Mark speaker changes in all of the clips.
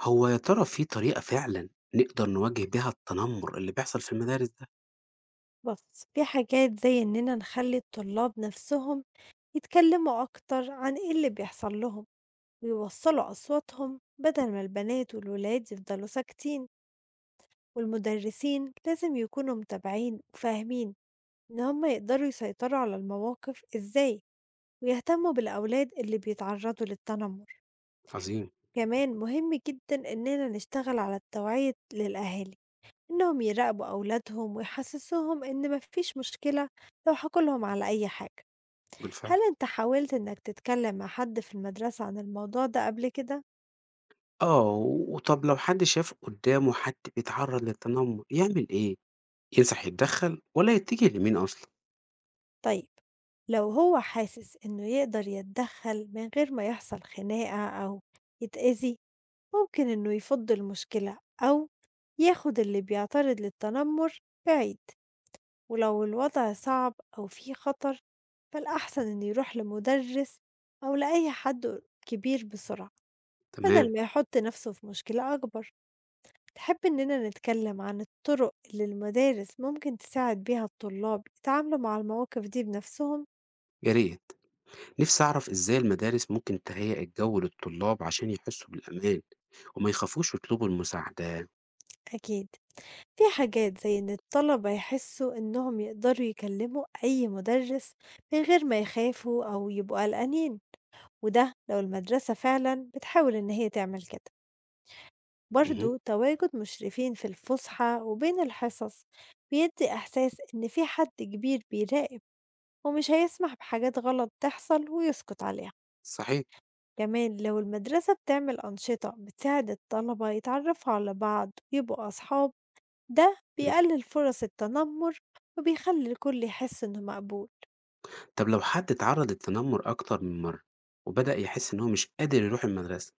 Speaker 1: هو يا ترى في طريقة فعلًا نقدر نواجه بيها التنمر اللي بيحصل في المدارس ده؟
Speaker 2: بُص، في حاجات زي إننا نخلّي الطلاب نفسهم يتكلموا أكتر عن إيه اللي بيحصل لهم، ويوصّلوا أصواتهم بدل ما البنات والولاد يفضلوا ساكتين، والمدرسين لازم يكونوا متابعين وفاهمين إن هم يقدروا يسيطروا على المواقف إزاي، ويهتموا بالأولاد اللي بيتعرضوا للتنمر.
Speaker 1: عظيم.
Speaker 2: كمان مهم جدًا إننا نشتغل على التوعية للأهالي، إنهم يراقبوا أولادهم ويحسسوهم إن ما فيش مشكلة لو حكوا لهم على أي حاجة. هل
Speaker 1: بالفعل.
Speaker 2: أنت حاولت إنك تتكلم مع حد في المدرسة عن الموضوع ده قبل كده؟
Speaker 1: آه، وطَب لو حد شاف قدّامه حد بيتعرّض للتنمر يعمل إيه؟ ينصح يتدخّل والّا يتجه لمين أصلًا؟
Speaker 2: طيب، لو هو حاسس إنه يقدر يتدخل من غير ما يحصل خناقة أو يتأذي، ممكن إنه يفض المشكلة أو ياخد اللي بيعترض للتنمر بعيد، ولو الوضع صعب أو فيه خطر فالأحسن إنه يروح لمدرس أو لأي حد كبير بسرعة،
Speaker 1: تمام.
Speaker 2: بدل ما يحط نفسه في مشكلة أكبر. تحب إننا نتكلم عن الطرق اللي المدارس ممكن تساعد بيها الطلاب يتعاملوا مع المواقف دي بنفسهم؟
Speaker 1: يا ريت. نِفْسي أعرف إزاي المدارس ممكن تهيأ الجو للطلاب عشان يحسّوا بالأمان وما يخافوش يطلبوا المساعدة.
Speaker 2: أكيد، في حاجات زي إن الطلبة يحسوا إنهم يقدروا يكلموا أي مدرس من غير ما يخافوا أو يبقوا قلقانين، وده لو المدرسة فعلا بتحاول إن هي تعمل كده.
Speaker 1: اهم.
Speaker 2: برضو تواجد مشرفين في الفسحة وبين الحصص بيدي إحساس إن في حد كبير بيراقب ومش هيسمح بحاجات غلط تحصل ويسكت عليها.
Speaker 1: صحيح.
Speaker 2: كمان لو المدرسة بتعمل أنشطة بتساعد الطلبة يتعرفوا على بعض ويبقوا أصحاب، ده
Speaker 1: إمم.
Speaker 2: بيقلل فرص التنمر وبيخلي الكل يحس إنه مقبول.
Speaker 1: طَب لو حد اتعرّض للتنمر أكتر من مرّة وبدأ يحس إن هو مش قادر يروح المدرسة،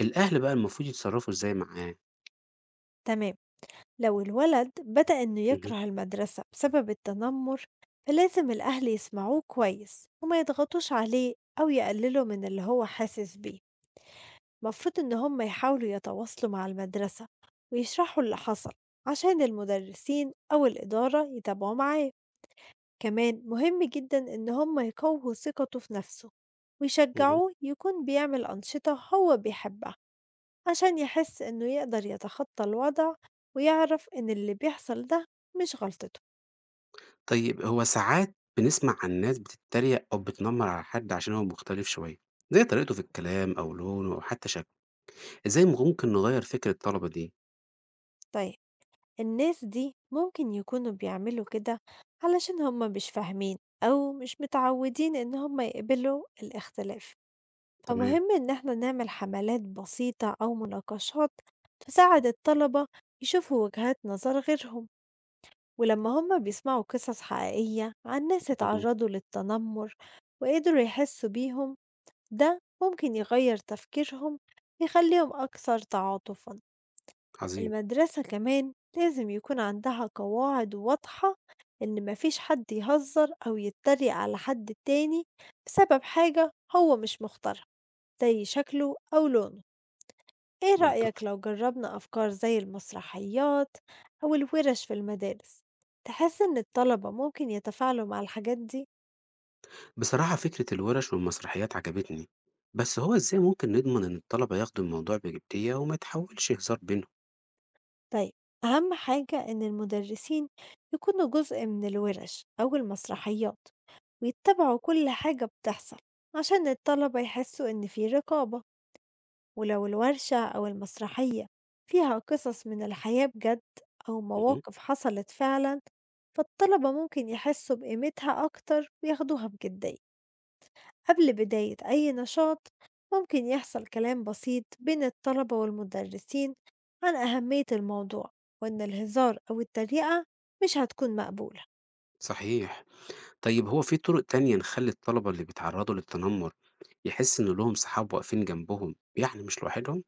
Speaker 1: الأهل بقى المفروض يتصرّفوا إزاي معاه؟
Speaker 2: تمام، لو الولد بدأ إنه
Speaker 1: اهم.
Speaker 2: يكره المدرسة بسبب التنمر فلازم الأهل يسمعوه كويس وما يضغطوش عليه أو يقللوا من اللي هو حاسس بيه. المفروض إن هم يحاولوا يتواصلوا مع المدرسة ويشرحوا اللي حصل عشان المدرسين أو الإدارة يتابعوا معاه. كمان مهم جدًا إن هم يقوّوا ثقته في نفسه
Speaker 1: اهم.
Speaker 2: ويشجعوه يكون بيعمل أنشطة هو بيحبها، عشان يحس إنه يقدر يتخطى الوضع ويعرف إن اللي بيحصل ده مش غلطته.
Speaker 1: طيب هو ساعات بنسمع عن ناس بتتريق أو بتنمّر على حد عشان هو مختلف شوية، زي طريقته في الكلام أو لونه أو حتى شكله، إزاي ممكن نغيّر فكر الطلبة دي؟
Speaker 2: طيب، الناس دي ممكن يكونوا بيعملوا كده علشان هم مش فاهمين أو مش متعودين إن هم يقبلوا الاختلاف،
Speaker 1: تمام.
Speaker 2: فمهم إن احنا نعمل حملات بسيطة أو مناقشات تساعد الطلبة يشوفوا وجهات نظر غيرهم. ولما هم بيسمعوا قصص حقيقية عن ناس
Speaker 1: اهم.
Speaker 2: اتعرضوا للتنمر وقدروا يحسوا بيهم، ده ممكن يغير تفكيرهم ويخليهم أكثر تعاطفا.
Speaker 1: عظيم.
Speaker 2: المدرسة كمان لازم يكون عندها قواعد واضحة إن مفيش حد يهزر أو يتريق على حد تاني بسبب حاجة هو مش مختارها زي شكله أو لونه. إيه رأيك
Speaker 1: منطقي.
Speaker 2: لو جربنا أفكار زي المسرحيات أو الورش في المدارس؟ تحس إن الطلبة ممكن يتفاعلوا مع الحاجات دي؟
Speaker 1: بصراحة فكرة الورش والمسرحيات عجبتني، بس هو إزاي ممكن نضمن إن الطلبة ياخدوا الموضوع بجدية وما يتحولش هزار بينهم؟
Speaker 2: طيب، أهم حاجة إن المدرسين يكونوا جزء من الورش أو المسرحيات ويتبعوا كل حاجة بتحصل عشان الطلبة يحسوا إن في رقابة. ولو الورشة أو المسرحية فيها قصص من الحياة بجد أو
Speaker 1: اهم.
Speaker 2: مواقف حصلت فعلا، فالطلبة ممكن يحسوا بقيمتها أكتر وياخدوها بجدية. قبل بداية أي نشاط ممكن يحصل كلام بسيط بين الطلبة والمدرسين عن أهمية الموضوع، وإن الهزار أو التريقة مش هتكون مقبولة.
Speaker 1: صحيح. طيب هو في طرق تانية نخلّي الطلبة اللي بيتعرّضوا للتنمر يحس إن لهم صحاب واقفين جنبهم، يعني مش لوحدهم؟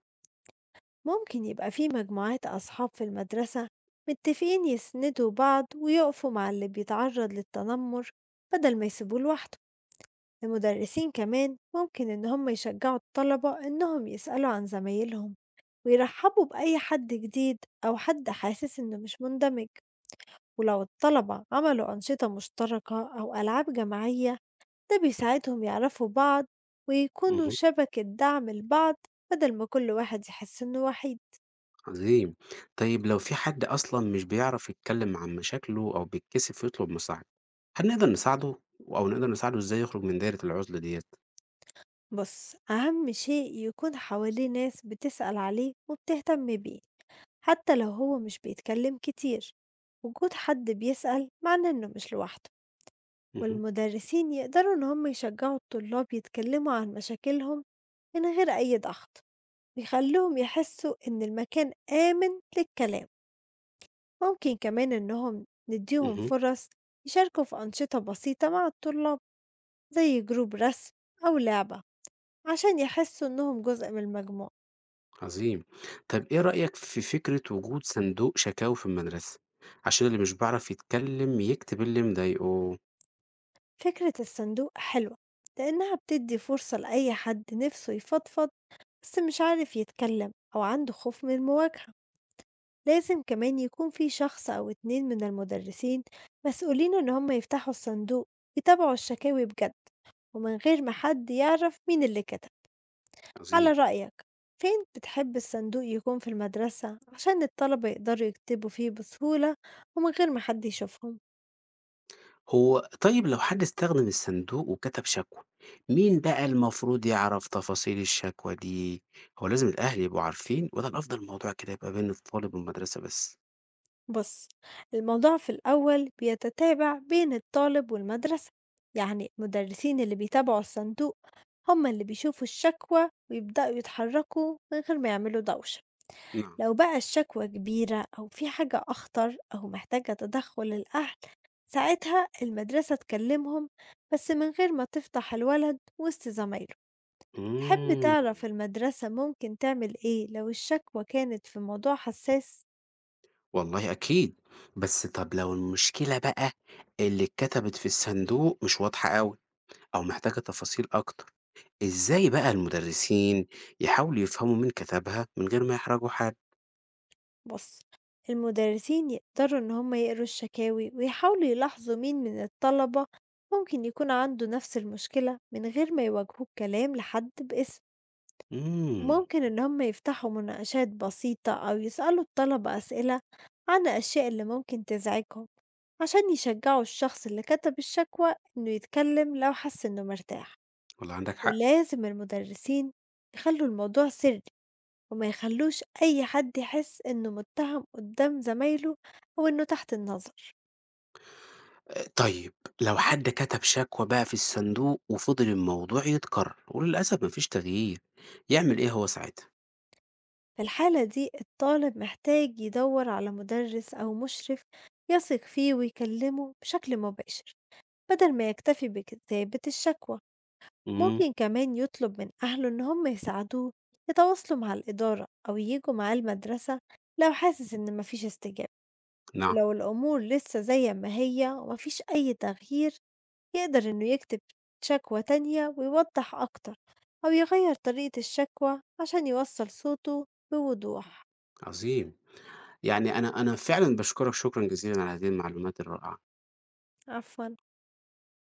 Speaker 2: ممكن يبقى في مجموعات أصحاب في المدرسة متفقين يسندوا بعض ويقفوا مع اللي بيتعرض للتنمر بدل ما يسيبوه لوحده. المدرسين كمان ممكن إن هم يشجعوا الطلبة إنهم يسألوا عن زمايلهم ويرحبوا بأي حد جديد أو حد حاسس إنه مش مندمج. ولو الطلبة عملوا أنشطة مشتركة أو ألعاب جماعية، ده بيساعدهم يعرفوا بعض ويكونوا
Speaker 1: اهم.
Speaker 2: شبكة دعم لبعض، بدل ما كل واحد يحس إنه وحيد.
Speaker 1: عظيم. طيب لو في حد أصلًا مش بيعرف يتكلم عن مشاكله أو بيتكسف يطلب مساعدة، هل نقدر نساعده أو نقدر نساعده إزاي يخرج من دايرة العُزلة ديّة؟
Speaker 2: بص، أهم شيء يكون حواليه ناس بتسأل عليه وبتهتم بيه حتى لو هو مش بيتكلم كتير. وجود حد بيسأل معناه إنه مش لوحده.
Speaker 1: اهم.
Speaker 2: والمدرسين يقدروا إن هم يشجعوا الطلاب يتكلموا عن مشاكلهم من غير أي ضغط، بيخلّوهم يحسّوا إن المكان آمن للكلام. ممكن كمان إنهم ندّيهم
Speaker 1: اهم.
Speaker 2: فرص يشاركوا في أنشطة بسيطة مع الطلاب زي جروب رسم أو لعبة، عشان يحسّوا إنهم جزء من المجموعة.
Speaker 1: عظيم. طب إيه رأيك في فكرة وجود صندوق شكاوي في المدرسة، عشان اللي مش بيعرف يتكلم يكتب اللي مضايقه؟
Speaker 2: فكرة الصندوق حلوة لإنها بتدّي فرصة لأي حد نِفْسه يفضفض بس مش عارف يتكلم أو عنده خوف من المواجهة. لازم كمان يكون في شخص أو 2 من المدرسين مسؤولين إن هم يفتحوا الصندوق يتابعوا الشكاوي بجد، ومن غير ما حد يعرف مين اللي كتب. على
Speaker 1: عظيم.
Speaker 2: رأيك، فين بتحب الصندوق يكون في المدرسة عشان الطلبة يقدروا يكتبوا فيه بسهولة ومن غير ما حد يشوفهم؟
Speaker 1: هو طيب لو حد استخدم الصندوق وكتب شكوى، مين بقى المفروض يعرف تفاصيل الشكوى دي؟ هو لازم الأهل يبقوا عارفين ولا الأفضل الموضوع كده يبقى بين الطالب والمدرسة بس؟
Speaker 2: بص، الموضوع في الأول بيتتابع بين الطالب والمدرسة، يعني المدرسين اللي بيتابعوا الصندوق هم اللي بيشوفوا الشكوى ويبدأوا يتحركوا من غير ما يعملوا دوشة.
Speaker 1: نعم.
Speaker 2: لو بقى الشكوى كبيرة أو في حاجة أخطر أو محتاجة تدخل الأهل، ساعتها المدرسة تكلمهم، بس من غير ما تفضح الولد وسط زمايله. تحب
Speaker 1: مم.
Speaker 2: تعرف المدرسة ممكن تعمل إيه لو الشكوى كانت في موضوع حساس؟
Speaker 1: والله أكيد. بس طب لو المشكلة بقى اللي اتكتبت في الصندوق مش واضحة أوي أو محتاجة تفاصيل أكتر، إزاي بقى المدرسين يحاولوا يفهموا مين كتبها من غير ما يحرجوا حد؟
Speaker 2: بص، المدرسين يقدروا إن هم يقروا الشكاوي ويحاولوا يلاحظوا مين من الطلبة ممكن يكون عنده نفس المشكلة من غير ما يواجهوه بكلام لحد باسم.
Speaker 1: مم.
Speaker 2: ممكن إن هم يفتحوا مناقشات بسيطة أو يسألوا الطلبة أسئلة عن الأشياء اللي ممكن تزعجهم عشان يشجعوا الشخص اللي كتب الشكوى إنه يتكلم لو حس إنه مرتاح.
Speaker 1: والله عندك حق.
Speaker 2: ولازم المدرسين يخلوا الموضوع سري وما يخلوش أي حد يحس إنه متهم قدام زمايله أو إنه تحت النظر.
Speaker 1: طيب، لو حد كتب شكوى بقى في الصندوق وفضل الموضوع يتكرر وللأسف ما فيش تغيير، يعمل إيه هو ساعتها؟
Speaker 2: في الحالة دي الطالب محتاج يدور على مدرس أو مشرف يثق فيه ويكلمه بشكل مباشر، بدل ما يكتفي بكتابة الشكوى.
Speaker 1: إمم.
Speaker 2: ممكن كمان يطلب من أهله إن هم يساعدوه يتواصلوا مع الإدارة أو ييجوا معاه المدرسة لو حاسس إن مفيش استجابة.
Speaker 1: نعم.
Speaker 2: ولو الأمور لسه زي ما هي ومفيش أي تغيير، يقدر إنه يكتب شكوى تانية ويوضح أكتر أو يغير طريقة الشكوى عشان يوصل صوته بوضوح.
Speaker 1: عظيم. يعني أنا فعلًا باشكرك شكرًا جزيلًا على هذه المعلومات الرائعة.
Speaker 2: عفوا.